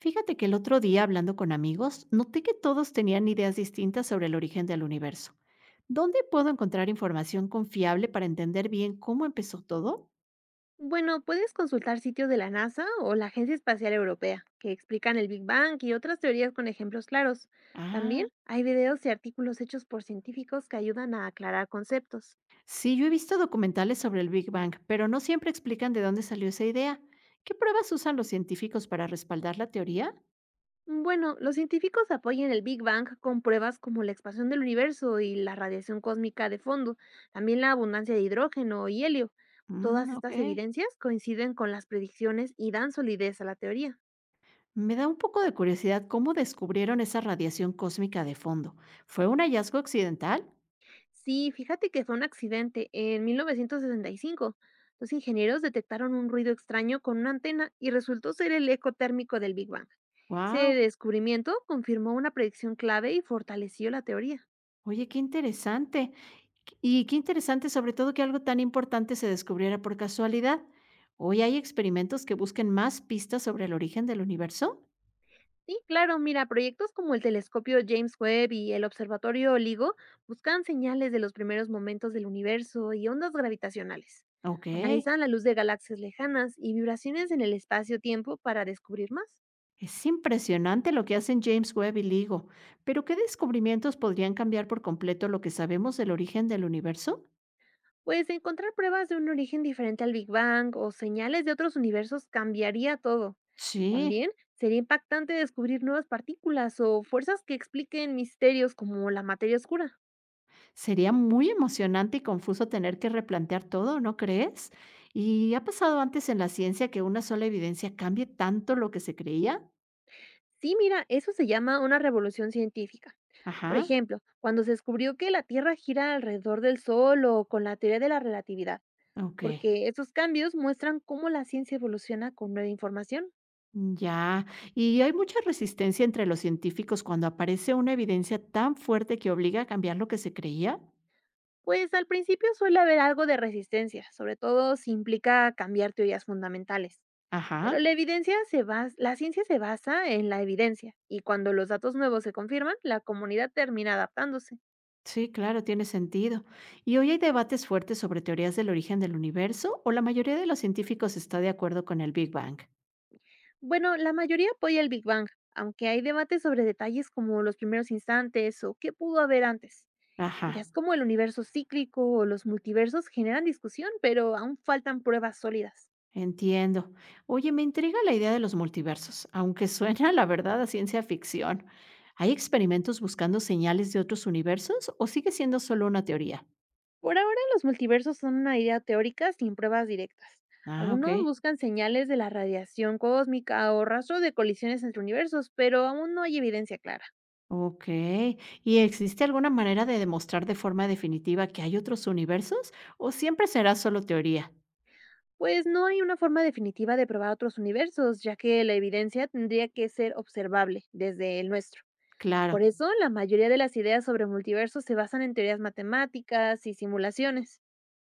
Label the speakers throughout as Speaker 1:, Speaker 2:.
Speaker 1: Fíjate que el otro día, hablando con amigos, noté que todos tenían ideas distintas sobre el origen del universo. ¿Dónde puedo encontrar información confiable para entender bien cómo empezó todo?
Speaker 2: Bueno, puedes consultar sitios de la NASA o la Agencia Espacial Europea, que explican el Big Bang y otras teorías con ejemplos claros.
Speaker 1: Ah,
Speaker 2: También hay videos y artículos hechos por científicos que ayudan a aclarar conceptos.
Speaker 1: sí, yo he visto documentales sobre el Big Bang, pero no siempre explican de dónde salió esa idea. ¿Qué pruebas usan los científicos para respaldar la teoría?
Speaker 2: Bueno, los científicos apoyan el Big Bang con pruebas como la expansión del universo y la radiación cósmica de fondo, también la abundancia de hidrógeno y helio.
Speaker 1: Mm,
Speaker 2: Todas
Speaker 1: ok.
Speaker 2: estas evidencias coinciden con las predicciones y dan solidez a la teoría.
Speaker 1: Me da un poco de curiosidad cómo descubrieron esa radiación cósmica de fondo. ¿Fue un hallazgo occidental?
Speaker 2: Sí, fíjate que fue un accidente. En 1965, los ingenieros detectaron un ruido extraño con una antena y resultó ser el eco térmico del Big Bang. Ese
Speaker 1: ¡Wow!
Speaker 2: descubrimiento confirmó una predicción clave y fortaleció la teoría.
Speaker 1: Oye, qué interesante. Y qué interesante, sobre todo, que algo tan importante se descubriera por casualidad. Hoy hay experimentos que busquen más pistas sobre el origen del universo.
Speaker 2: Sí, claro, mira, proyectos como el telescopio James Webb y el observatorio LIGO buscan señales de los primeros momentos del universo y ondas gravitacionales.
Speaker 1: Ok,
Speaker 2: Analizan la luz de galaxias lejanas y vibraciones en el espacio-tiempo para descubrir más.
Speaker 1: es impresionante lo que hacen James Webb y LIGO. Pero, ¿qué descubrimientos podrían cambiar por completo lo que sabemos del origen del universo?
Speaker 2: Pues encontrar pruebas de un origen diferente al Big Bang o señales de otros universos cambiaría todo.
Speaker 1: Sí,
Speaker 2: También sería impactante descubrir nuevas partículas o fuerzas que expliquen misterios como la materia oscura.
Speaker 1: sería muy emocionante y confuso tener que replantear todo, ¿no crees? ¿Y ha pasado antes en la ciencia que una sola evidencia cambie tanto lo que se creía?
Speaker 2: Sí, mira, eso se llama una revolución científica. Por
Speaker 1: Ajá.
Speaker 2: ejemplo, cuando se descubrió que la Tierra gira alrededor del Sol o con la teoría de la relatividad,
Speaker 1: Okey,
Speaker 2: porque esos cambios muestran cómo la ciencia evoluciona con nueva información.
Speaker 1: ya. ¿Y hay mucha resistencia entre los científicos cuando aparece una evidencia tan fuerte que obliga a cambiar lo que se creía?
Speaker 2: Pues al principio suele haber algo de resistencia, sobre todo si implica cambiar teorías fundamentales. Pero
Speaker 1: Ajá.
Speaker 2: la evidencia la ciencia se basa en la evidencia, y cuando los datos nuevos se confirman, la comunidad termina adaptándose.
Speaker 1: Sí, claro, tiene sentido. ¿Y hoy hay debates fuertes sobre teorías del origen del universo o la mayoría de los científicos está de acuerdo con el Big Bang?
Speaker 2: Bueno, la mayoría apoya el Big Bang, aunque hay debates sobre detalles como los primeros instantes o qué pudo haber antes.
Speaker 1: Ajá,
Speaker 2: Irás como el universo cíclico o los multiversos generan discusión, pero aún faltan pruebas sólidas.
Speaker 1: entiendo. Oye, me intriga la idea de los multiversos, aunque suena, la verdad, a ciencia ficción. ¿Hay experimentos buscando señales de otros universos o sigue siendo solo una teoría?
Speaker 2: Por ahora, los multiversos son una idea teórica sin pruebas directas.
Speaker 1: Ah, ok.
Speaker 2: Algunos buscan señales de la radiación cósmica o rastros de colisiones entre universos, pero aún no hay evidencia clara.
Speaker 1: Okey. ¿Y existe alguna manera de demostrar de forma definitiva que hay otros universos, o siempre será solo teoría?
Speaker 2: Pues no hay una forma definitiva de probar otros universos, ya que la evidencia tendría que ser observable desde el nuestro.
Speaker 1: Claro.
Speaker 2: Por eso, la mayoría de las ideas sobre multiversos se basan en teorías matemáticas y simulaciones.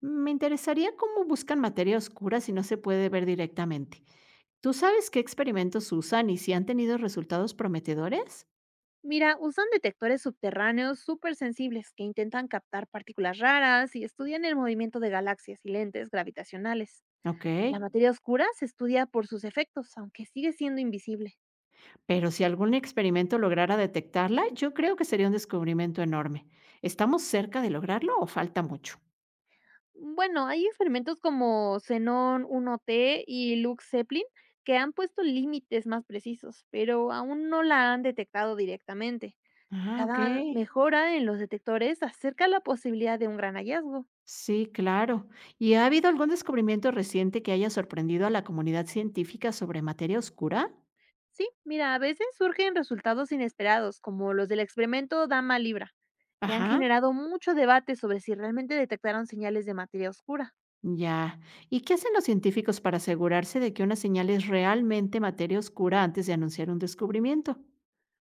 Speaker 1: Mm, me interesaría cómo buscan materia oscura si no se puede ver directamente. ¿Tú sabes qué experimentos usan y si han tenido resultados prometedores?
Speaker 2: Mira, usan detectores subterráneos súper sensibles que intentan captar partículas raras y estudian el movimiento de galaxias y lentes gravitacionales. La
Speaker 1: Okey.
Speaker 2: materia oscura se estudia por sus efectos, aunque sigue siendo invisible.
Speaker 1: Pero si algún experimento lograra detectarla, yo creo que sería un descubrimiento enorme. ¿Estamos cerca de lograrlo o falta mucho?
Speaker 2: Bueno, hay experimentos como Xenón 1T y Luke Zeppelin que han puesto límites más precisos, pero aún no la han detectado directamente.
Speaker 1: Ah,
Speaker 2: Cada
Speaker 1: okey.
Speaker 2: mejora en los detectores acerca la posibilidad de un gran hallazgo.
Speaker 1: Sí, claro. ¿Y ha habido algún descubrimiento reciente que haya sorprendido a la comunidad científica sobre materia oscura?
Speaker 2: Sí, mira, a veces surgen resultados inesperados, como los del experimento Dama Libra, que han
Speaker 1: Ajá,
Speaker 2: generado mucho debate sobre si realmente detectaron señales de materia oscura.
Speaker 1: ya. ¿Y qué hacen los científicos para asegurarse de que una señal es realmente materia oscura antes de anunciar un descubrimiento?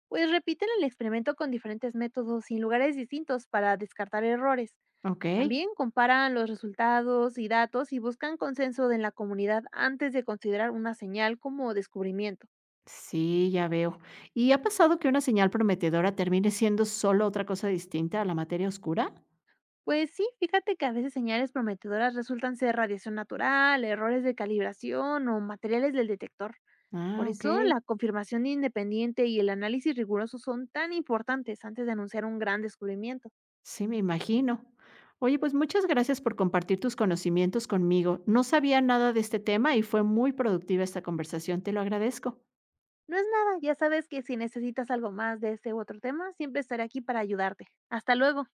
Speaker 2: Pues repiten el experimento con diferentes métodos y en lugares distintos para descartar errores.
Speaker 1: Ok,
Speaker 2: También comparan los resultados y datos y buscan consenso en la comunidad antes de considerar una señal como descubrimiento.
Speaker 1: sí, ya veo. ¿Y ha pasado que una señal prometedora termine siendo solo otra cosa distinta a la materia oscura?
Speaker 2: Pues sí, fíjate que a veces señales prometedoras resultan ser radiación natural, errores de calibración o materiales del detector.
Speaker 1: Ah,
Speaker 2: Por
Speaker 1: ok.
Speaker 2: eso la confirmación independiente y el análisis riguroso son tan importantes antes de anunciar un gran descubrimiento.
Speaker 1: Sí, me imagino. Oye, pues muchas gracias por compartir tus conocimientos conmigo. No sabía nada de este tema y fue muy productiva esta conversación. Te lo agradezco.
Speaker 2: No es nada, ya sabes que si necesitas algo más de este u otro tema, siempre estaré aquí para ayudarte. Hasta luego.